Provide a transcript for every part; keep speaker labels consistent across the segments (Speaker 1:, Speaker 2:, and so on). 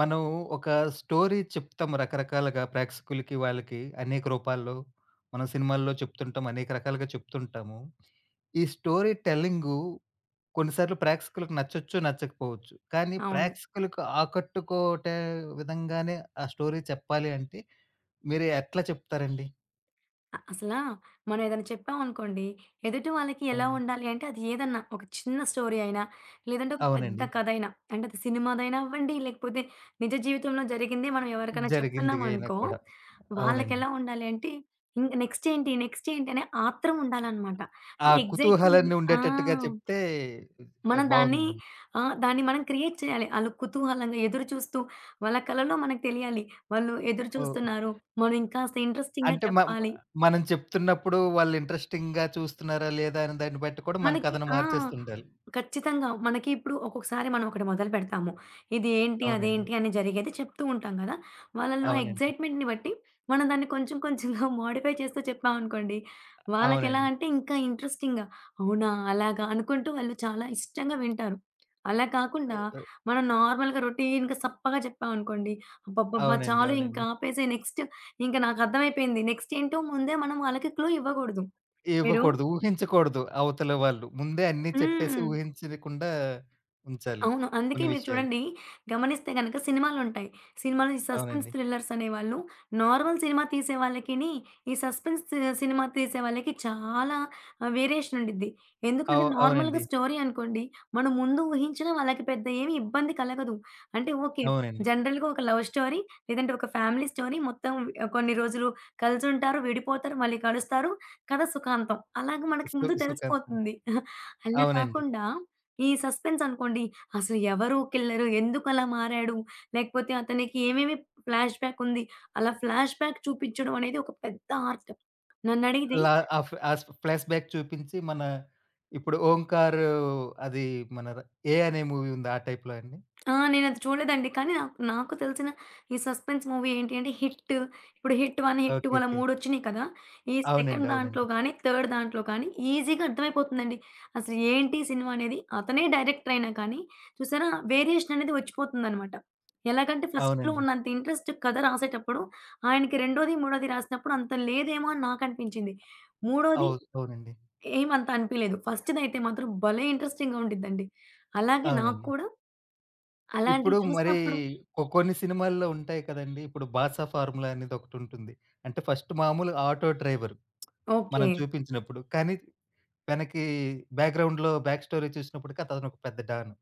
Speaker 1: మనం ఒక స్టోరీ చెప్తాం రకరకాలుగా ప్రేక్షకులకి, వాళ్ళకి అనేక రూపాల్లో. మనం సినిమాల్లో చెప్తుంటాం. అనేక రకాలుగా చెప్తుంటాము. ఈ స్టోరీ టెల్లింగు కొన్నిసార్లు ప్రేక్షకులకు నచ్చొచ్చు, నచ్చకపోవచ్చు. కానీ
Speaker 2: అవును.
Speaker 1: ప్రేక్షకులకు ఆకట్టుకోటే విధంగానే ఆ స్టోరీ చెప్పాలి అంటే మీరు ఎట్లా చెప్తారండి?
Speaker 2: అసలా మనం ఏదైనా చెప్పామనుకోండి, ఎదుటి వాళ్ళకి ఎలా
Speaker 1: అవును.
Speaker 2: ఉండాలి అంటే అది ఏదన్నా ఒక చిన్న స్టోరీ అయినా, లేదంటే ఒక పెద్ద
Speaker 1: అవునండి.
Speaker 2: కథ అయినా, అంటే అది సినిమాదైనా అవ్వండి, లేకపోతే నిజ జీవితంలో జరిగిందే మనం ఎవరికైనా
Speaker 1: జరిగింది అయినా
Speaker 2: చెప్తున్నామనుకో,
Speaker 1: కూడా. అవునండి.
Speaker 2: వాళ్ళకెలా ఉండాలి అంటే ఇంక నెక్స్ట్ ఏంటి, నెక్స్ట్ ఏంటి అనే ఆత్రం ఉండాలనమాట.
Speaker 1: ఆ
Speaker 2: అంటే ఎక్సైట్‌మెంట్‌ని
Speaker 1: కుతూహలాన్ని
Speaker 2: ఆ!
Speaker 1: ఉండేటట్టుగా చెప్తే
Speaker 2: మనం దాన్ని
Speaker 1: బావుందండి.
Speaker 2: దాన్ని మనం క్రియేట్ చేయాలి. ఆళ్ళు కుతూహలంగా ఎదురు చూస్తూ వాళ్ళ కలలో మనకు తెలియాలి. వాళ్ళు ఎదురు
Speaker 1: ఓహ్!
Speaker 2: చూస్తున్నారు. మనం ఇంకాస్త ఇంట్రెస్టింగ్‌గా
Speaker 1: అంటే మ
Speaker 2: చెప్పాలి.
Speaker 1: మనం చెప్తున్నప్పుడు వాళ్ళు ఇంట్రెస్టింగ్‌గా చూస్తున్నారా లేదా అని దాన్ని బట్టి కూడా మన
Speaker 2: మనకి
Speaker 1: కథను
Speaker 2: ఆ!
Speaker 1: మార్చేస్తుండాలి.
Speaker 2: ఖచ్చితంగా. మనకి ఇప్పుడు ఒక్కొక్కసారి మనం ఒకటి మొదలు పెడతాము. ఇది ఏంటి,
Speaker 1: అవునండి.
Speaker 2: అదేంటి అని జరిగేది చెప్తూ ఉంటాం గదా! వాళ్ళలో
Speaker 1: అవునండి.
Speaker 2: ఎక్సైట్‌మెంట్‌ని బట్టి మనం దాన్ని కొంచెం కొంచెంగా మోడిఫై చేస్తూ చెప్పామనుకోండి, వాళ్ళకెలా
Speaker 1: అవునండి.
Speaker 2: అంటే ఇంకా ఇంట్రెస్టింగ్‌గా అవునా! అలాగా అనుకుంటూ వాళ్ళు చాలా ఇష్టంగా వింటారు. అలా కాకుండా
Speaker 1: ఎ ఎ
Speaker 2: మనం నార్మల్‌గా రొటీన్‌గా సప్పగా చెప్పామనుకోండి, అబ్బబ్బబ్బా!
Speaker 1: అవునండి.
Speaker 2: చాలు ఇంకా
Speaker 1: అవునండి.
Speaker 2: ఆపేసేయి నెక్స్ట్ ఇంక నాకు అర్థమైపోయింది. నెక్స్ట్ ఏంటో ముందే మనం వాళ్ళకి క్లూ ఇవ్వకూడదు. మీరు
Speaker 1: ఇవ్వకూడదు. ఊహించకూడదు అవతల వాళ్ళు. ముందే అన్నీ చెప్పేసి
Speaker 2: హ్మ్.
Speaker 1: ఊహించకుండా ఉంచాలి
Speaker 2: అవును. అందుకే
Speaker 1: కొన్ని
Speaker 2: మీరు
Speaker 1: విషయాలు.
Speaker 2: చూడండి గమనిస్తే గనక సినిమాలుంటాయి. సినిమాలో ఈ సస్పెన్స్
Speaker 1: అవునండి.
Speaker 2: థ్రిల్లర్స్ అనేవాళ్ళు నార్మల్ సినిమా తీసే వాళ్ళకిని, ఈ సస్పెన్స్ సినిమా తీసే వాళ్ళకి చాలా వేరియేషన్ ఉండిద్ది. ఎందుకంటే
Speaker 1: అవు
Speaker 2: నార్మల్‌గా
Speaker 1: అవునండి.
Speaker 2: స్టోరీ అనుకోండి, మనం ముందు ఊహించినా వాళ్ళకి పెద్ద ఏమి ఇబ్బంది కలగదు. అంటే ఓకే.
Speaker 1: అవునండి.
Speaker 2: జనరల్‌గా ఒక లవ్ స్టోరీ లేదంటే ఒక ఫ్యామిలీ స్టోరీ మొత్తం కొన్ని రోజులు కలిసుంటారు, విడిపోతారు, మళ్ళీ కలుస్తారు. కథ సుఖాంతం. అలాగే మనకు
Speaker 1: సు
Speaker 2: ముందు
Speaker 1: సుఖాంతం.
Speaker 2: తెలిసిపోతుంది. అలా
Speaker 1: అవునండి.
Speaker 2: కాకుండా ఈ సస్పెన్స్ అనుకోండి అసలు ఎవరు కిల్లరు? ఎందుకలా మారాడు? లేకపోతే అతనికి ఏమేమి ఫ్లాష్‌బ్యాక్ ఉంది? అలా ఫ్లాష్‌బ్యాక్ చూపించడం అనేది ఒక పెద్ద ఆర్ట్. నన్నడిగితే
Speaker 1: లా ఆ ఫ్ ఆ ఫ్లాష్‌బ్యాక్ చూపించి మన ఇప్పుడు 'ఓంకార్' అది మన 'ఏ' అనే మూవీ ఉంది ఆ టైప్‌లో అండి?
Speaker 2: ఆ! నేనది చూడలేదండి. కానీ నాకు నాకు తెలిసిన ఈ సస్పెన్స్ మూవీ ఏంటి అంటే 'హిట్'. ఇప్పుడు 'హిట్ 1', 'హిట్ 2'
Speaker 1: ఓకే.
Speaker 2: అలా
Speaker 1: ఓకే.
Speaker 2: 3 వచ్చినియి కదా! ఈ సెకండ్
Speaker 1: అవునండి.
Speaker 2: దాంట్లో
Speaker 1: అవునండి.
Speaker 2: గాని, థర్డ్ దాంట్లో కానీ ఈజీగా అర్థమైపోతుందండి. అసలు ఏంటి సినిమా అనేది అతనే డైరెక్టర్ అయినా కానీ చూసారా, వేరియేషన్ అనేది వచ్చిపోతుందనమాట. ఎలాగంటే ఫస్ట్‌లో
Speaker 1: అవునండి.
Speaker 2: ఉన్నంత ఇంట్రెస్ట్ కథ రాసేటప్పుడు ఆయనకి రెండోది, మూడోది రాసినప్పుడు అంత లేదేమో అని నాకు అనిపించింది. మూడోది
Speaker 1: అవునండి.
Speaker 2: ఏమంత అనిపియలేదు. ఫస్ట్‌దైతే మాత్రం భలే ఇంట్రెస్టింగ్‌గా ఉండిద్దండి. అలాగే నాకు
Speaker 1: అవునండి.
Speaker 2: కూడా అలాంటివి
Speaker 1: ఇప్పుడు మరి
Speaker 2: చూసినప్పుడు
Speaker 1: కొన్ని సినిమాల్లో ఉంటాయి కదండీ! ఇప్పుడు 'బాసా ఫార్ములా' అనేదొకటుంటుంది. అంటే ఫస్ట్ మామూలు ఆటో డ్రైవరు
Speaker 2: ఓకే.
Speaker 1: మనం చూపించినప్పుడు. కానీ వెనకి బ్యాక్‌గ్రౌండ్‌లో బ్యాక్ స్టోరీ చూసినప్పుడు అతనొక పెద్ద డాను.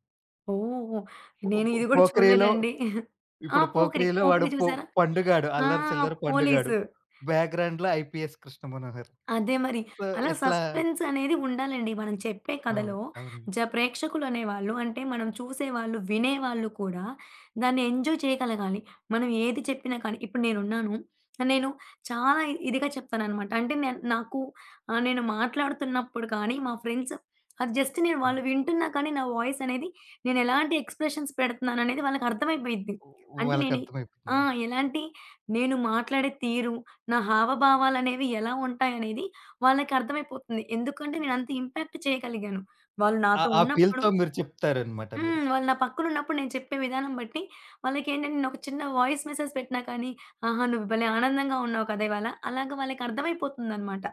Speaker 2: ఓహ్!
Speaker 1: పొ
Speaker 2: నేను
Speaker 1: పొ
Speaker 2: ఇది గూడా
Speaker 1: 'పోకిరి'లో
Speaker 2: చూడలేదండి. ఆ!
Speaker 1: ఇప్పుడు
Speaker 2: పోకిరి.
Speaker 1: 'పోకిరి'లో వాడు
Speaker 2: పోకిరి
Speaker 1: పొ
Speaker 2: చూసారా?
Speaker 1: పండుగాడు.
Speaker 2: ఆ!
Speaker 1: అల్లరి చిల్లర పండుగాడు.
Speaker 2: పోలీసు.
Speaker 1: బ్యాక్‌గ్రౌండ్‌లో ఐపీఎస్ కృష్ణ మనోహర్.
Speaker 2: అదే మరి.
Speaker 1: సో,
Speaker 2: అలా
Speaker 1: ఇట్లా
Speaker 2: సస్పెన్స్ అనేది ఉండాలండి. మనం చెప్పే కథలో
Speaker 1: అవును. అవునండి.
Speaker 2: ప్రేక్షకులు అనేవాళ్ళు అంటే మనం చూసేవాళ్ళు, వినేవాళ్ళు కూడా దాన్ని ఎంజాయ్ చేయగలగాలి. మనం ఏది చెప్పినా కానీ ఇప్పుడు నేనున్నాను. నేను చాలా ఇదిగా చెప్తాననమాట. అంటే నేను నాకు నేను మాట్లాడుతున్నప్పుడు కానీ మా ఫ్రెండ్స్ అది జస్ట్ నేను వాళ్ళు
Speaker 1: అవును.
Speaker 2: వింటున్నా కానీ నా వాయిస్ అనేది, నేను ఎలాంటి ఎక్స్‌ప్రెషన్స్ పెడుతున్నాననేది వాళ్ళకర్థమైపోయిద్ది. అంటే నేను ఆ!
Speaker 1: వాళ్ళకర్థమైపోతుంది.
Speaker 2: ఎలాంటి, నేను మాట్లాడే తీరు, నా హావభావాలనేవి ఎలా ఉంటాయనేది వాళ్ళకర్థమైపోతుంది. ఎందుకంటే నేనంత ఇంపాక్ట్ చేయగలిగాను. వాళ్ళు
Speaker 1: ఆ!
Speaker 2: నాతో
Speaker 1: ఆ
Speaker 2: ఉన్నప్పుడు
Speaker 1: ఫీల్‌తో మీరు చెప్తారనమాట మీరు.
Speaker 2: హ్మ్. వాళ్ళు నా పక్కనున్నప్పుడు నేను చెప్పే విధానం బట్టి వాళ్ళకేంటంటే నేనొక చిన్న వాయిస్ మెసేజ్ పెట్టినా కానీ, "ఆహా! నువ్వు భలే ఆనందంగా ఉన్నావు కదా ఇవాళ" అలాగా వాళ్ళకర్థమైపోతుందనమాట.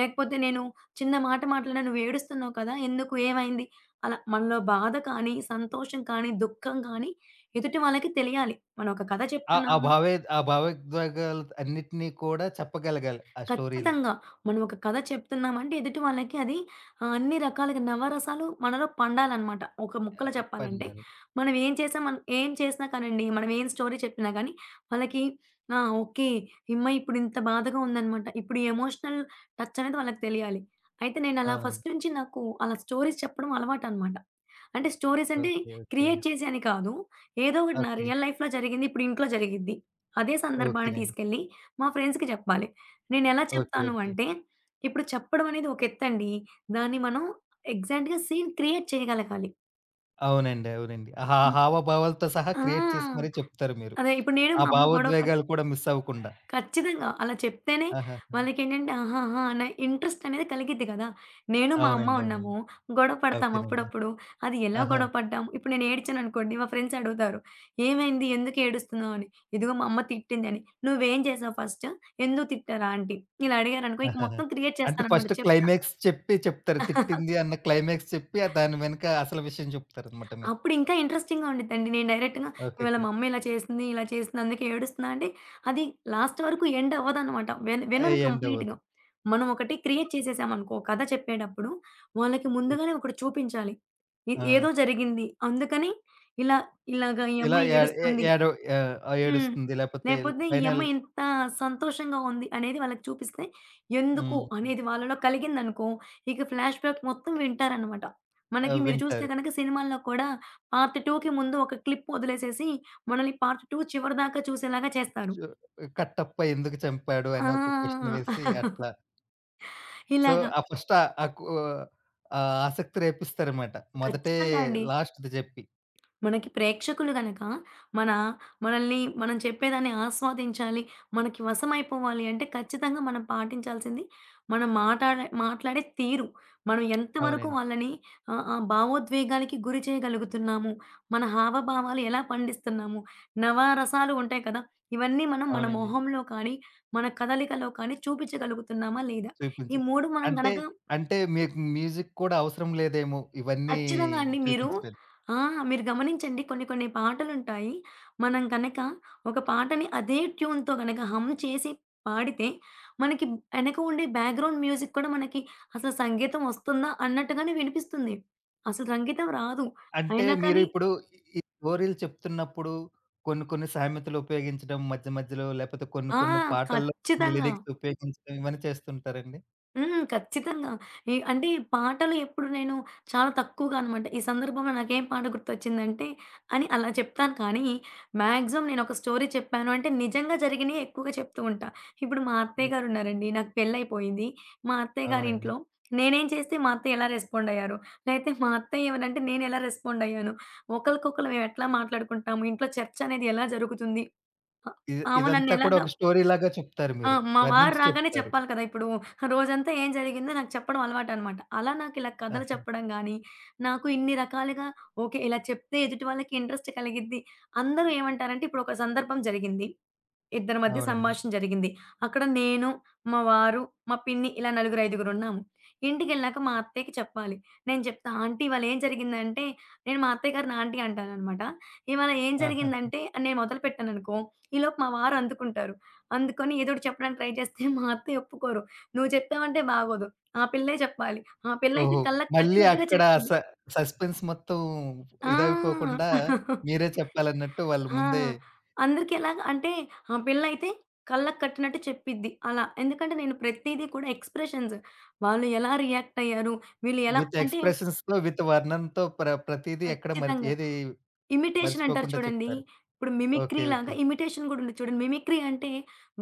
Speaker 2: లేకపోతే నేను చిన్న మాట మాట్లాడినా, "నువ్వేడుస్తున్నావు కదా! ఎందుకు? ఏమైంది?" అలా మనలో బాధ కానీ, సంతోషం కానీ, దుఃఖం కానీ ఎదుటి వాళ్ళకి తెలియాలి. మనం ఒక కథ
Speaker 1: ఆ! ఆ
Speaker 2: చెప్తున్నాము.
Speaker 1: భావే ఆ భావోద్వేగాలు అన్నిటిని కూడా చెప్పగలగాలి ఆ స్టోరీలో.
Speaker 2: ఖచ్చితంగా. మనం ఒక కథ చెప్తున్నామంటే ఎదుటి వాళ్ళకి అది అన్ని రకాలుగా నవరసాలు మనలో పండాలనమాట. ఒక ముక్కలో
Speaker 1: ఆహ్,
Speaker 2: చెప్పాలంటే
Speaker 1: పందాలు.
Speaker 2: మనం ఏం చేసినా కానండి, మనం ఏం స్టోరీ చెప్పినా గానీ వాళ్ళకి ఆ! ఓకే. ఇప్పుడు ఇంత బాధగా ఉందనమాట. ఇప్పుడు ఈ ఎమోషనల్ టచ్ అనేది వాళ్ళకి తెలియాలి. అయితే నేను అలా ఫస్ట్
Speaker 1: అవునండి.
Speaker 2: నుంచి నాకు అలా స్టోరీస్ చెప్పడం అలవాటనమాట. అంటే స్టోరీస్ అంటే
Speaker 1: ఓకే. ఓకే.
Speaker 2: క్రియేట్ చేసి అని కాదు. ఏదో ఒకటి నా
Speaker 1: ఓకే.
Speaker 2: రియల్ లైఫ్‌లో జరిగింది. ఇప్పుడు ఇంట్లో జరిగిద్ది. అదే సందర్భాన్ని
Speaker 1: ఓకేనండి.
Speaker 2: తీసుకెళ్ళి మా ఫ్రెండ్స్‌కి చెప్పాలి. నేనెలా
Speaker 1: ఓకే.
Speaker 2: చెప్తాను
Speaker 1: ఓకే.
Speaker 2: అంటే, ఇప్పుడు చెప్పడం అనేది ఒక ఎత్తండి. దాన్ని మనం ఎగ్జాక్ట్‌గా సీన్ క్రియేట్ చేయగలగాలి.
Speaker 1: అవునండి. అవునండి. ఆ హా
Speaker 2: హ్మ్.
Speaker 1: హావభావాలతో సహా క్రియేట్ చేసి
Speaker 2: ఆ!
Speaker 1: మరీ చెప్తారు మీరు.
Speaker 2: అదే ఇప్పుడు నేను
Speaker 1: ఆ
Speaker 2: మా అమ్మ గొడవ పడు,
Speaker 1: భావోద్వేగాలు కూడా మిస్ అవ్వకుండా.
Speaker 2: ఖచ్చితంగా. అలా చెప్తేనే
Speaker 1: ఆహాహా!
Speaker 2: వాళ్ళకేంటంటే ఆహాహా! అనే ఇంట్రెస్ట్ అనేది కలిగిద్ది కదా! నేను మా అమ్మ
Speaker 1: అవునండి. అవునండి.
Speaker 2: ఉన్నాము. గొడవ పడతాం
Speaker 1: ఓకేనండి.
Speaker 2: అప్పుడప్పుడు. అది ఎలా
Speaker 1: ఆహా!
Speaker 2: గొడవ పడ్డాం ఇప్పుడు, నేను ఏడ్చాననుకోండి మా ఫ్రెండ్స్ అడుగుతారు. "ఏమైంది? ఎందుకు ఏడుస్తున్నావు?" అని. "ఇదిగో మా అమ్మ తిట్టిందని." "నువ్వేం చేసావు ఫస్ట్? ఎందుకు తిట్టారు ఆంటీ?" ఇలా అడిగారనుకో ఇక
Speaker 1: ఆహాహా!
Speaker 2: మొత్తం క్రియేట్
Speaker 1: అంటే
Speaker 2: చేస్తాననమాట
Speaker 1: ఫస్ట్ క్లైమాక్స్ చెప్పి చెప్తారు. తిట్టింది అన్న క్లైమాక్స్ చెప్పి దాని వెనక అసలు విషయం చెప్తారనమాట మీరు.
Speaker 2: అప్పుడింకా ఇంట్రెస్టింగ్‌గా ఉండిద్దండి. నేను డైరెక్ట్‌గా ఇవాళ
Speaker 1: ఓకే.
Speaker 2: మా అమ్మ ఇలా చేసింది, ఇలా చేసింది అందుకే ఏడుస్తున్నా అంటే అది లాస్ట్ వరకు ఎండ్ అవ్వదనమాట.
Speaker 1: ఏ
Speaker 2: వినరు
Speaker 1: ఎండవ్వదు.
Speaker 2: కంప్లీట్‌గా. మనం ఒకటి క్రియేట్ చేసేసామనుకో కథ చెప్పేటప్పుడు, వాళ్ళకి
Speaker 1: ఉ
Speaker 2: ముందుగానే ఒకటి చూపించాలి.
Speaker 1: ఆ!
Speaker 2: ఏదో జరిగింది. అందుకని ఇలా ఇలాగ ఈ
Speaker 1: ఇలా
Speaker 2: అమ్మాయి
Speaker 1: ఏ ఏ
Speaker 2: ఏడుస్తుంది.
Speaker 1: ఏడవ ఆహ్,
Speaker 2: హ్మ్.
Speaker 1: ఏడుస్తుంది. లేపోతే
Speaker 2: లేపోతే ఈ
Speaker 1: ఫైనల్
Speaker 2: అమ్మాయి ఇంత సంతోషంగా ఉంది అనేది వాళ్ళకి చూపిస్తే, ఎందుకు
Speaker 1: హ్మ్.
Speaker 2: అనేది వాళ్ళలో కలిగిందనుకో, ఇక ఫ్లాష్ బ్యాక్ మొత్తం వింటారనమాట. మనకి
Speaker 1: ఆహ్,
Speaker 2: మీరు చూస్తే
Speaker 1: వింటారు.
Speaker 2: గనక సినిమాల్లో కూడా పార్ట్ 2కి ముందు ఒక క్లిప్ వదిలేసేసి, మనల్ని పార్ట్ 2 చివరిదాకా చూసేలాగా చేస్తారు.
Speaker 1: సో, కట్టప్ప ఎందుకు చంపాడు అని ఒక క్వెషన్
Speaker 2: ఆ!
Speaker 1: వేసి అట్లా. సో,
Speaker 2: ఇలాగా.
Speaker 1: ఆ ఫస్ట్ ఆ కు ఆహ్, ఆసక్తి రేపిస్తారన్నమాట. మొదటే
Speaker 2: ఖచ్చితంగా అండి.
Speaker 1: లాస్ట్‌ది చెప్పి.
Speaker 2: మనకి ప్రేక్షకులు గనక మన మనల్ని మనం చెప్పేదాన్ని ఆస్వాదించాలి, మనకి వశమైపోవాలి అంటే ఖచ్చితంగా మనం పాటించాల్సింది మనం మాట్లాడే తీరు. మనం ఎంతవరకు
Speaker 1: అవునండి.
Speaker 2: వాళ్ళని ఆ భావోద్వేగాలకి గురి చేయగలుగుతున్నాము, మన హావభావాలు ఎలా పండిస్తున్నాము, నవారసాలు ఉంటాయి కదా! ఇవన్నీ మనం మన
Speaker 1: అవునండి.
Speaker 2: మొహంలో కానీ, మన కదలికలో కానీ చూపించగలుగుతున్నామా లేదా? ఈ
Speaker 1: చూపించి.
Speaker 2: 3 మనం
Speaker 1: అంటే,
Speaker 2: గనక
Speaker 1: అంటే మీకు మ్యూజిక్ కూడా అవసరం లేదేమో ఇవన్నీ
Speaker 2: ఖచ్చితంగా అండి. మీరు
Speaker 1: చూపించడానికి.
Speaker 2: ఆ! మీరు గమనించండి కొన్ని కొన్ని పాటలుంటాయి. మనం గనక ఒక పాటని అదే ట్యూన్‌తో గనక హమ్ చేసి పాడితే మనకి ఎనక ఉండే బ్యాక్‌గ్రౌండ్ మ్యూజిక్ కూడా మనకి అసలు సంగీతం వస్తుందా అన్నట్టుగానే వినిపిస్తుంది. అసలు సంగీతం రాదు.
Speaker 1: అంటే
Speaker 2: అయినా
Speaker 1: మీరు
Speaker 2: కానీ
Speaker 1: ఇప్పుడు ఈ స్టోరీలు చెప్తున్నప్పుడు కొన్ని కొన్ని సామెతలు ఉపయోగించడం మధ్య మధ్యలో లేకపోతే కొన్ని
Speaker 2: ఆ!
Speaker 1: కొన్ని పాటల్లో
Speaker 2: ఖచ్చితంగా.
Speaker 1: లిరిక్స్ ఉపయోగించడం ఇవన్నీ చేస్తుంటారండి?
Speaker 2: హ్మ్. ఖచ్చితంగా. ఈ అంటే పాటలు ఎప్పుడు నేను చాలా తక్కువగా అనమాట. ఈ సందర్భంలో నాకేం పాట గుర్తొచ్చిందంటే అని అలా చెప్తాను కానీ, మాక్సిమం నేనొక స్టోరీ చెప్పాను అంటే నిజంగా జరిగినయి ఎక్కువగా చెప్తూ ఉంటా. ఇప్పుడు మా అత్తయ్య
Speaker 1: ఓకే.
Speaker 2: గారున్నారండి. నాకు పెళ్లయిపోయింది. మా అత్తయ్య
Speaker 1: అవునండి.
Speaker 2: గారింట్లో నేనేం చేస్తే మా అత్తయ్య ఎలా రెస్పాండ్ అయ్యారు? లేతే మా అత్తయ్య ఏమనంటే నేనెలా రెస్పాండ్ అయ్యాను? ఒకళ్ళకొకళ్ళు మేమెట్లా మాట్లాడుకుంటాము? ఇంట్లో చర్చనేది ఎలా జరుగుతుంది? అ
Speaker 1: ఇది
Speaker 2: ఆమె
Speaker 1: ఇదంతా కూడా
Speaker 2: నన్నెలాగా
Speaker 1: ఒక స్టోరీ లాగా చెప్తారు
Speaker 2: ఆ!
Speaker 1: మీరు.
Speaker 2: మా వారు
Speaker 1: వర్ణించి
Speaker 2: రాగానే
Speaker 1: చెప్తారు.
Speaker 2: చెప్పాలి కదా! ఇప్పుడు రోజంతా ఏం జరిగిందో నాకు చెప్పడం అలవాటనమాట. అలా నాకిలా కథలు
Speaker 1: ఆహా!
Speaker 2: చెప్పడం గాని, నాకు ఇన్ని రకాలుగా ఓకే. ఇలా చెప్తే ఎదుటి వాళ్ళకి ఇంట్రెస్ట్ కలిగిద్ది. అందరూ ఏమంటారంటే ఇప్పుడు ఒక సందర్భం జరిగింది. ఇద్దరి మధ్య
Speaker 1: అవునండి.
Speaker 2: సంభాషణ జరిగింది. అక్కడ నేను, మా వారు, మా పిన్ని ఇలా నలుగురు, ఐదుగురున్నాము. ఇంటికెళ్ళాక మా అత్తయ్యకి చెప్పాలి. నేను చెప్తా, "ఆంటీ ఇవాళ ఏం జరిగిందంటే". నేను మా అత్తయ్య గారిని ఆంటీ అంటాననమాట. "ఇవాళ ఏం
Speaker 1: ఆహా!
Speaker 2: జరిగిందంటే" అని నేను మొదలుపెట్టాననుకో, ఈలోపు మా వారు అందుకుంటారు. అందుకొని ఏదో ఒకటి చెప్పడానికి ట్రై చేస్తే మా అత్తయ్య ఒప్పుకోరు. "నువ్వు చెప్పావంటే బాగోదు. ఆ పిల్లే చెప్పాలి. ఆ పిల్లయితే
Speaker 1: ఓహో!
Speaker 2: కళ్ళకి
Speaker 1: మళ్ళీ
Speaker 2: కట్టినట్టుగా
Speaker 1: అక్కడ స
Speaker 2: చెప్పింది."
Speaker 1: సస్పెన్స్ మొత్తం
Speaker 2: ఆ!
Speaker 1: ఇదైపోకుండా మీరే చెప్పాలన్నట్టు వాళ్ళు
Speaker 2: ఆ!
Speaker 1: ముందే
Speaker 2: అందరికెలాగా అంటే ఆ పిల్లయితే కళ్ళకి కట్టినట్టు చెప్పిద్ది అలా. ఎందుకంటే నేను ప్రతీది కూడా ఎక్స్‌ప్రెషన్స్, వాళ్ళు ఎలా రియాక్ట్ అయ్యారు, వీళ్ళు ఎలా
Speaker 1: విత్
Speaker 2: అంటే,
Speaker 1: ఎక్స్‌ప్రెషన్స్‌తో విత్ వర్ణనతో ప్రతీదీ ఎక్కడ మరిచి
Speaker 2: ఖచ్చితంగా.
Speaker 1: ఏది
Speaker 2: ఇమిటేషన్ అంటారు
Speaker 1: మర్చిపోకుండా
Speaker 2: చూడండి.
Speaker 1: చెప్తారు.
Speaker 2: ఇప్పుడు మిమిక్రీ
Speaker 1: ఓకే.
Speaker 2: లాగా
Speaker 1: ఓకే.
Speaker 2: ఇమిటేషన్ గూడా ఉంది చూడండి. మిమిక్రీ అంటే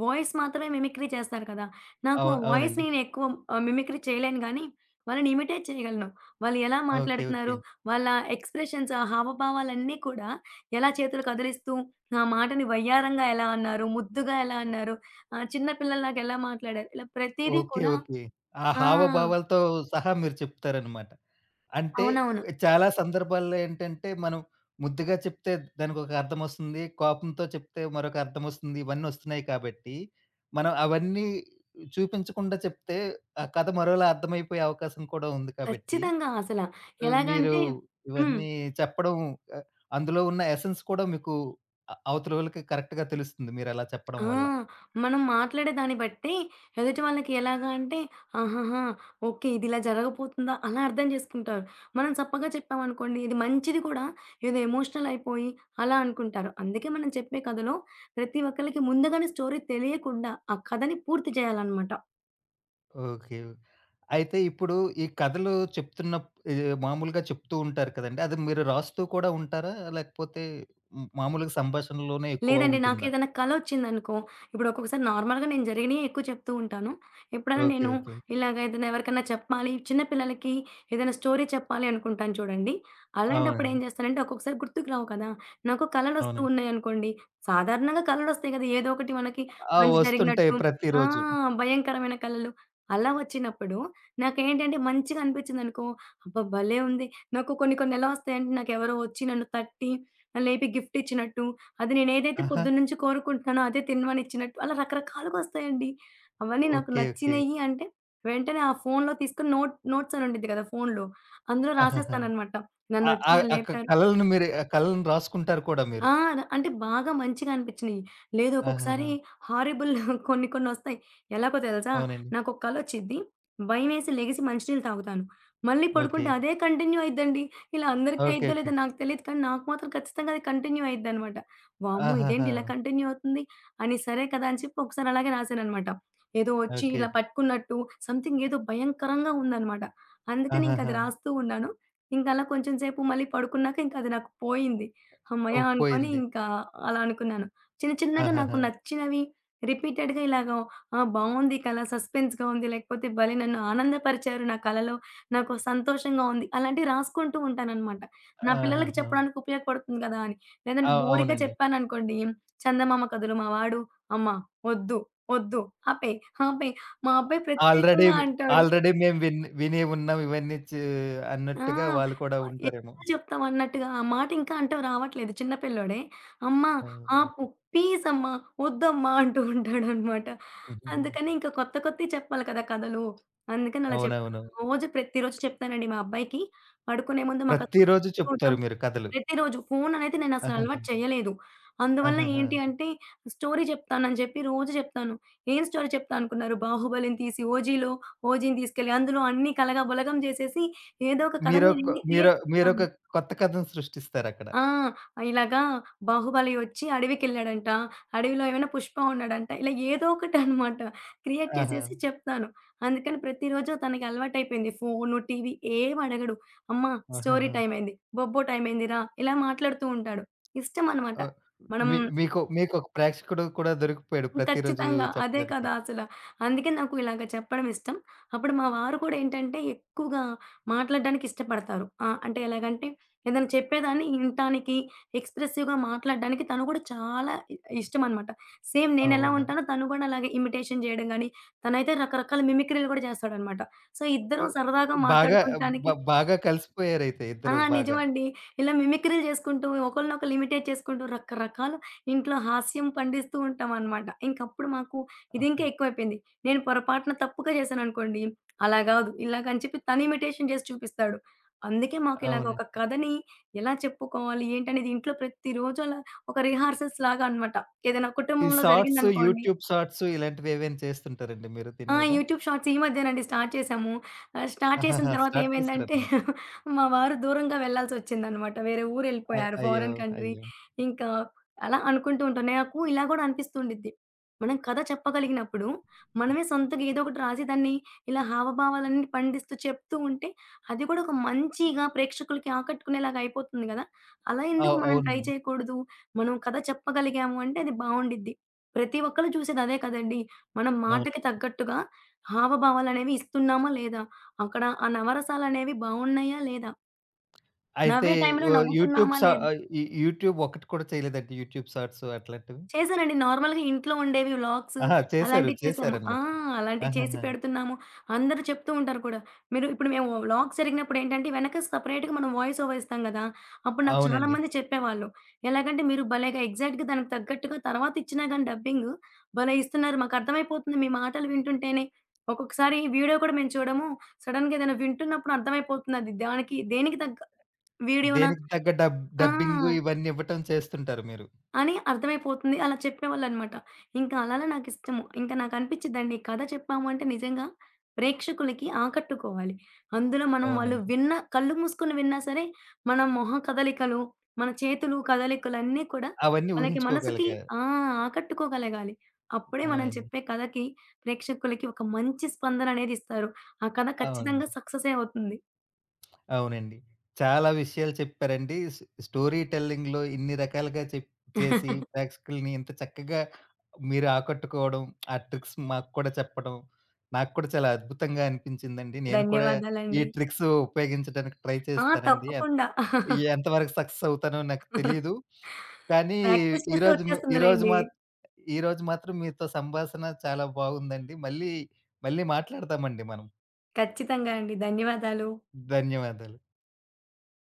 Speaker 2: వాయిస్ మాత్రమే మిమిక్రీ చేస్తారు కదా! నాకు
Speaker 1: అవు
Speaker 2: ఆ వాయిస్
Speaker 1: అవునండి.
Speaker 2: నేను ఎక్కువ మిమిక్రీ చేయలేను గానీ, వాళ్ళని ఇమిటేట్ చేయగలను. వాళ్ళు ఎలా
Speaker 1: ఓకే.
Speaker 2: మాట్లాడుతున్నారు,
Speaker 1: ఓకే.
Speaker 2: వాళ్ళ ఎక్స్‌ప్రెషన్స్, ఆ హావభావాలన్నీ కూడా, ఎలా చేతులు కదిలిస్తూ, ఆ మాటని వయ్యారంగా ఎలా అన్నారు, ముద్దుగా ఎలా అన్నారు, చిన్న పిల్లల్లాగా ఎలా మాట్లాడారు, ఇలా ప్రతీదీ
Speaker 1: ఓకే.
Speaker 2: కూడా
Speaker 1: ఓకే. ఆ
Speaker 2: ఆ!
Speaker 1: హావభావాలతో సహా మీరు చెప్తారనమాట. అంటే
Speaker 2: అవునవును.
Speaker 1: చాలా సందర్భాల్లో ఏంటంటే, మనం ముద్దుగా చెప్తే దానికొక అర్థమొస్తుంది. కోపంతో చెప్తే మరొక అర్థమొస్తుంది. ఇవన్నీ వస్తున్నాయి కాబట్టి, మనం అవన్నీ చూపించకుండా చెప్తే ఆ కథ మరోలా అర్థమైపోయే అవకాశం కూడా ఉంది కాబట్టి,
Speaker 2: ఖచ్చితంగా అసల.
Speaker 1: ఆహ్, మీరు
Speaker 2: ఎలాగంటే హ్మ్.
Speaker 1: ఇవన్నీ చెప్పడం ఆహ్, అందులో ఉన్న ఎసెన్స్ కూడా మీకు అవతలోళ్ళకి కరెక్ట్‌గా తెలుస్తుంది మీరలా చెప్పడం
Speaker 2: ఆ!
Speaker 1: వల్ల.
Speaker 2: మనం మాట్లాడే దాన్ని బట్టి ఎదుటి వాళ్ళకి ఎలాగా అంటే, ఆహాహా! ఓకే. ఇది ఇలా జరగబోతుందా అలా అర్థం చేసుకుంటారు. మనం చప్పగా చెప్పామనుకోండి ఇది మంచిది కూడా ఏదో ఎమోషనల్ అయిపోయి అలా అనుకుంటారు. అందుకే మనం చెప్పే కథలో ప్రతి ఒక్కళ్ళకి ముందుగానే స్టోరీ తెలియకుండా ఆ కథని పూర్తి చేయాలనమాట.
Speaker 1: ఓకే. అయితే ఇప్పుడు ఈ కథలు ఇది మామూలుగా చెప్తూ ఉంటారు కదండీ! అది మీరు రాస్తూ కూడా ఉంటారా? లేకపోతే హ్మ్, మామూలుగా సంభాషణలోనే ఎక్కువ
Speaker 2: లేదండి.
Speaker 1: ఉంటుందా?
Speaker 2: నాకేదైనా కలొచ్చిందనుకో, ఇప్పుడు ఒక్కొక్కసారి నార్మల్‌గా నేను జరిగినయే ఎక్కువ చెప్తూ ఉంటాను. ఎప్పుడైనా
Speaker 1: ఓకే.
Speaker 2: నేను
Speaker 1: ఓకే.
Speaker 2: ఇలాగ ఏదైనా ఎవరికన్నా చెప్పాలి, చిన్న పిల్లలకి ఏదైనా స్టోరీ చెప్పాలి అనుకుంటాను చూడండి. అలాంటప్పుడు ఏం
Speaker 1: అవునండి.
Speaker 2: చేస్తానంటే, ఒక్కొక్కసారి గుర్తుకు రావు కదా! నాకు కలలొస్తూ
Speaker 1: అవునండి.
Speaker 2: ఉన్నాయనుకోండి, సాధారణంగా కలలొస్తాయి కదా! ఏదో ఒకటి మనకి
Speaker 1: ఆ!
Speaker 2: మంచి
Speaker 1: వస్తుంటాయి
Speaker 2: జరిగినట్టు, ఆ!
Speaker 1: ప్రతిరోజు.
Speaker 2: భయంకరమైన కలలు. అలా వచ్చినప్పుడు నాకేంటంటే మంచిగా అనిపిచ్చిందనుకో, అబ్బా! భలే ఉంది. నాకు కొన్ని కొన్ని ఎలా వస్తాయంటే, నాకెవరో వచ్చి నన్ను తట్టి, లేపి గిఫ్ట్ ఇచ్చినట్టు, అది నేనేదైతే
Speaker 1: ఆహా!
Speaker 2: పొద్దున్నుంచి కోరుకుంటున్నానో అదే తినమనిచ్చినట్టు అలా రకరకాలుగొస్తాయండి. అవన్నీ నాకు
Speaker 1: ఓకే. ఓకే.
Speaker 2: నచ్చినయి అంటే వెంటనే ఆ ఫోన్‌లో తీసుకొని నోట్స్ అని ఉండిద్ది గదా! ఫోన్‌లో. అందులో
Speaker 1: ఆహాహా!
Speaker 2: రాసేస్తాననమాట.
Speaker 1: ఆ
Speaker 2: నన్నొచ్చి
Speaker 1: ఆ
Speaker 2: ఇలా
Speaker 1: ఆ క
Speaker 2: లేపారు,
Speaker 1: కలలను మీరు ఆ కలలను రాసుకుంటారు కూడా మీరు.
Speaker 2: ఆ! అంటే బాగా మంచిగా అనిపించినియి. లేదు ఒక్కొక్కసారి
Speaker 1: ఆహాహా!
Speaker 2: హారిబుల్ కొన్ని కొన్నొస్తాయి. ఎలాగో తెలుసా?
Speaker 1: అవునండి.
Speaker 2: నాకొక కలొచ్చిద్ది. భయమేసి లెగిసి మంచి నీళ్ళు తాగుతాను. మళ్ళీ
Speaker 1: ఓకే.
Speaker 2: పడుకుంటే అదే కంటిన్యూ అయిద్దండి. ఇలా అందరికీ
Speaker 1: ఓకే.
Speaker 2: అయిద్దో
Speaker 1: ఓకే.
Speaker 2: లేదో నాకు తెలీదు కానీ నాకు మాత్రం ఖచ్చితంగా అది కంటిన్యూ అయిద్దనమాట. వామ్మో! ఇదేంటి
Speaker 1: ఆహాహా!
Speaker 2: ఇలా కంటిన్యూ అవుతుంది అని సరే కదా! అని చెప్పి ఒకసారి అలాగే రాశాననమాట. ఏదో వచ్చి
Speaker 1: ఓకే.
Speaker 2: ఇలా
Speaker 1: ఓకే.
Speaker 2: పట్టుకున్నట్టు సంథింగ్ ఏదో భయంకరంగా ఉందనమాట. అందుకని ఇంకది
Speaker 1: ఆహాహా!
Speaker 2: రాస్తూ ఉన్నాను. ఇంకలా కొంచెం సేపు మళ్ళీ పడుకున్నాక ఇంకది నాకు పోయింది. హమ్మయ్య!
Speaker 1: ఓహ్!
Speaker 2: అనుకోని
Speaker 1: పోయింది.
Speaker 2: ఇంకా అలా అనుకున్నాను. చిన్న చిన్నగా నాకు
Speaker 1: ఆహాహా!
Speaker 2: నచ్చినవి రిపీటెడ్‌గా ఇలాగ ఆ! బావుంది కల, సస్పెన్స్‌గా ఉంది. లేకపోతే భలే నన్ను ఆనందపరిచారు నా కలలో. నాకు సంతోషంగా ఉంది. అలాంటివి రాసుకుంటూ ఉంటాననమాట. నా పిల్లలకి
Speaker 1: ఆహాహా!
Speaker 2: చెప్పడానికి ఉపయోగపడుతుంది కదా! అని. లేదంటే
Speaker 1: అవ్
Speaker 2: బోరింగ్‌గా
Speaker 1: అవునండి.
Speaker 2: చెప్పాననుకోండి, చందమామ కథలు మా వాడు, "అమ్మ వద్దు, వద్దు ఆపేయి, ఆపేయి." మా అబ్బాయి
Speaker 1: ఆల్రెడీ
Speaker 2: ప్రత్యేకంగా అంటాడు.
Speaker 1: ఆల్రెడీ మేము విని ఉన్నాం ఇవన్నీ చే
Speaker 2: ఆ!
Speaker 1: అన్నట్టుగా వాళ్ళు కూడా ఉంటారేమో.
Speaker 2: ఎట్లా చెప్తామన్నట్టుగా ఆ మాట ఇంకా అంటే రావట్లేదు. చిన్న పిల్లోడే. "అమ్మా
Speaker 1: ఆ!
Speaker 2: ఆపు, ప్లీజ్ అమ్మా, వద్దమ్మా" అంటూ ఉంటాడనమాట. అందుకని ఇంకా కొత్త కొత్తయి చెప్పాలి కదా కథలు. అందుకని అలా చెప్తాను.
Speaker 1: అవునవునవును.
Speaker 2: ప్రతిరోజు చెప్తానండి మా అబ్బాయికి. పడుకునే ముందు మాకసలు
Speaker 1: ప్రతిరోజు
Speaker 2: ఫోను చూడడం
Speaker 1: చెప్తారు మీరు కథలు.
Speaker 2: ప్రతిరోజు. ఫోననేది నేనసలు అలవాటు
Speaker 1: ఆహాహా!
Speaker 2: చేయలేదు. అందువల్ల
Speaker 1: ఆహాహా!
Speaker 2: ఏంటి అంటే, స్టోరీ చెప్తానని చెప్పి రోజు చెప్తాను. ఏం స్టోరీ చెప్తా అనుకున్నారు? 'బాహుబలి'ని తీసి 'ఓజీని' తీసుకెళ్ళి అందులో అన్నీ కలగబలగం చేసేసి ఏదో ఒక కథని
Speaker 1: మీరొక
Speaker 2: నేనే
Speaker 1: మీరొ
Speaker 2: క్రియేట్ చేస్తాను.
Speaker 1: మీరొక కొత్త కథను సృష్టిస్తారక్కడ.
Speaker 2: ఆ! ఇలాగా 'బాహుబలి' ఒచ్చి అడవికెళ్ళాడంట. అడవిలో ఏమైనా 'పుష్ప' ఉన్నాడంట. ఇలా ఏదో ఒకటనమాట క్రియేట్
Speaker 1: ఆహా!
Speaker 2: చేసేసి చెప్తాను. అందుకని ప్రతిరోజు తనకి అలవాటైపోయింది. ఫోను, టీవీ ఏం అడగడు. అమ్మ స్టోరీ
Speaker 1: ఆహాహా!
Speaker 2: టైమ్ అయింది. బొబ్బో టైమ్ అయిందిరా ఇలా మాట్లాడుతూ ఉంటాడు. ఇష్టమనమాట.
Speaker 1: ఓహ్!
Speaker 2: మనం
Speaker 1: మీ మీకు మీకొక ప్రేక్షకుడు కూడా దొరికిపోయాడు ప్రతిరోజు
Speaker 2: ఖచ్చితంగా. అదే
Speaker 1: చెప్పడానికి.
Speaker 2: కదా అసల. అందుకే నాకు ఇలాగ చెప్పడం ఇష్టం. అప్పుడు మా వారు కూడా ఏంటంటే ఎక్కువగా మాట్లాడడానికి ఇష్టపడతారు. ఆహ్, అంటే ఎలాగంటే ఏదైనా చెప్పేదాన్ని వినటానికి, ఎక్స్‌ప్రెసివ్‌గా మాట్లాడడానికి తను కూడా చాలా ఇష్టమనమాట. సేమ్ నేనెలా
Speaker 1: అవునా!
Speaker 2: ఉంటానో తను కూడా అలాగే ఇమిటేషన్ చేయడం గాని, తనైతే రకరకాల మిమిక్రీలు కూడా చేస్తాడనమాట. సో, ఇద్దరం
Speaker 1: ఓహ్!
Speaker 2: సరదాగా
Speaker 1: బాగా
Speaker 2: మాట్లాడుకుంటానికి
Speaker 1: బాగా కలిసిపోయారైతే
Speaker 2: ఆ!
Speaker 1: ఇద్దరు బాగా.
Speaker 2: నిజమండి. ఇలా మిమిక్రీలు చేసుకుంటూ, ఒకళ్ళనొకళ్ళు ఇమిటేట్ చేసుకుంటూ రకరకాల ఇంట్లో హాస్యం పండిస్తూ ఉంటామనమాట. ఇంకప్పుడు మాకు ఇదింకా
Speaker 1: అవును.
Speaker 2: ఎక్కువైపోయింది. నేను పొరపాటున తప్పుగా చేశాననుకోండి, అలా గాదు, ఇలాగని చెప్పి తను ఇమిటేషన్ చేసి చూపిస్తాడు. అందుకే మాకిలాగ ఒక
Speaker 1: అవునండి.
Speaker 2: కథని ఎలా చెప్పుకోవాలి, ఏంటనేది ఇంట్లో ప్రతిరోజు అలా ఒక రిహార్సల్స్ లాగా అనమాట. ఏదైనా
Speaker 1: ఈ
Speaker 2: కుటుంబంలో
Speaker 1: షార్ట్స్,
Speaker 2: జరిగిందనుకోండి
Speaker 1: యూట్యూబ్ షార్ట్స్ ఇలాంటివి ఏవైనా చేస్తుంటారండి మీరు దీని
Speaker 2: ఆ!
Speaker 1: మీద?
Speaker 2: యూట్యూబ్ షార్ట్స్ ఈ మధ్యనండి స్టార్ట్ చేశాము. స్టార్ట్ చేసిన
Speaker 1: ఆహాహా!
Speaker 2: తర్వాత
Speaker 1: స్టార్ట్
Speaker 2: ఏమైందంటే
Speaker 1: చేశారనమాట.
Speaker 2: మా వారు దూరంగా వెళ్ళాల్సొచ్చిందనమాట. వేరే ఊరెళ్ళిపోయారు
Speaker 1: అయ్యో!
Speaker 2: Foreign country.
Speaker 1: అయ్యో!
Speaker 2: ఇంకా అలా అనుకుంటూ ఉంటాం. నాకు ఇలా గూడా అనిపిస్తూ ఉండిద్ది. మనం కథ చెప్పగలిగినప్పుడు, మనమే సొంతగా ఏదో ఒకటి రాసి దాన్ని ఇలా హావభావాలన్నీ పండిస్తూ చెప్తూ ఉంటే, అది కూడా ఒక మంచిగా ప్రేక్షకులకి ఆకట్టుకునేలాగా అయిపోతుంది గదా! అలా
Speaker 1: అవ్
Speaker 2: ఎందుకు మనం ట్రై
Speaker 1: అవునండి.
Speaker 2: చేయకూడదు? మనం కథ చెప్పగలిగాము అంటే అది బావుండిద్ది. ప్రతి ఒక్కళ్ళు చూసేది అదే కదండీ! మనం మాటకి
Speaker 1: అవునండి.
Speaker 2: తగ్గట్టుగా హావభావాలనేవి ఇస్తున్నామా లేదా? అక్కడ ఆ నవరసాలనేవి బావున్నాయా లేదా?
Speaker 1: అయితే
Speaker 2: నవ్వే టైంలో
Speaker 1: ఆహ్, యూట్యూబ్
Speaker 2: నవ్వుతున్నామా
Speaker 1: షా
Speaker 2: లేదా?
Speaker 1: ఆహ్, ఈ యూట్యూబ్ ఒకటి కూడా చేయలేదండి యూట్యూబ్ షార్ట్స్ అట్లాంటివి?
Speaker 2: చేశానండి. నార్మల్‌గా ఇంట్లో ఉండేవి వ్లాగ్స్
Speaker 1: ఆహా! చేశారు.
Speaker 2: అలాంటివి చేశాము. ఆ!
Speaker 1: చేశారనమాట.
Speaker 2: అలాంటివి చేసి
Speaker 1: ఆహాహా!
Speaker 2: పెడుతున్నాము. అందరూ చెప్తూ ఉంటారు కూడా. మీరు ఇప్పుడు మేము వ్లాగ్స్ జరిగినప్పుడు ఏంటంటే, వెనక సెపరేట్‌గా మనం వాయిస్ ఓవర్ ఇస్తాం గదా! అప్పుడు నాకు
Speaker 1: అవునండి.
Speaker 2: చాలామంది చెప్పేవాళ్ళు. ఎలాగంటే, "మీరు భలేగా ఎగ్జాక్ట్‌గా దానికి తగ్గట్టుగా తర్వాత ఇచ్చినా గాని డబ్బింగ్ భలే ఇస్తున్నారు. మాకు అర్థమైపోతుంది మీ మాటలు వింటుంటేనే." ఒక్కొక్కసారి వీడియో కూడా మేము చూడము. సడెన్‌గా ఏదైనా వింటున్నప్పుడు అర్థమైపోతుంది అది దానికి దేనికి తగ్గ వీడియోనా
Speaker 1: దేనికి తగ్గ
Speaker 2: ఆ!
Speaker 1: డబ్బింగు ఇవన్నీ ఇవ్వటం చేస్తుంటారు మీరు.
Speaker 2: అని అర్థమైపోతుంది. అలా చెప్పేవాళ్ళనమాట. ఇంకా అలానే నాకిష్టము. ఇంకా నాకనిపిచ్చిద్దండి కథ చెప్పాము అంటే నిజంగా ప్రేక్షకులకి ఆకట్టుకోవాలి. అందులో మనం వాళ్ళు
Speaker 1: అవునండి.
Speaker 2: విన్న కళ్ళు మూసుకొని విన్నా సరే, మన మొహ కదలికలు, మన చేతులు కదలికలన్నీ కూడా
Speaker 1: అవన్నీ
Speaker 2: వాళ్ళకి మనసుకి
Speaker 1: ఊహించుకోగలిగారు.
Speaker 2: ఆ! ఆకట్టుకోగలగాలి. అప్పుడే మనం
Speaker 1: అవునండి.
Speaker 2: చెప్పే కథకి ప్రేక్షకులకి ఒక మంచి స్పందననేది ఇస్తారు. ఆ కథ ఖచ్చితంగా
Speaker 1: అవునండి.
Speaker 2: సక్సెసే అవుతుంది.
Speaker 1: అవునండి. చాలా విషయాలు చెప్పారండి. స్టోరీ టెల్లింగ్‌లో ఇన్ని రకాలుగా చెప్ చేసి ప్రేక్షకుల్ని ఇంత చక్కగా మీరు ఆకట్టుకోవడం, ఆ ట్రిక్స్ మాకు కూడా చెప్పడం, నాకు కూడా చాలా అద్భుతంగా అనిపించిందండి. నేను కూడా ఈ
Speaker 2: ధన్యవాదాలండి.
Speaker 1: ట్రిక్స్ ఉపయోగించడానికి ట్రై
Speaker 2: ఆ!
Speaker 1: చేస్తానండి. ఎ
Speaker 2: తప్పకుండా.
Speaker 1: ఈ ఎంతవరకు సక్సెస్ అవుతానో నాకు తెలీదు. కానీ
Speaker 2: ప్రాక్టీస్ చేస్తే
Speaker 1: ఈరోజు ము ఈరోజు
Speaker 2: వచ్చేస్తుందిలెండి.
Speaker 1: మాత్ ఈరోజు మాత్రం మీతో సంభాషణ చాలా బాగుందండి. మళ్ళీ, మళ్ళీ మాట్లాడతామండి మనం.
Speaker 2: ఖచ్చితంగా అండి. ధన్యవాదాలు.
Speaker 1: ధన్యవాదాలు.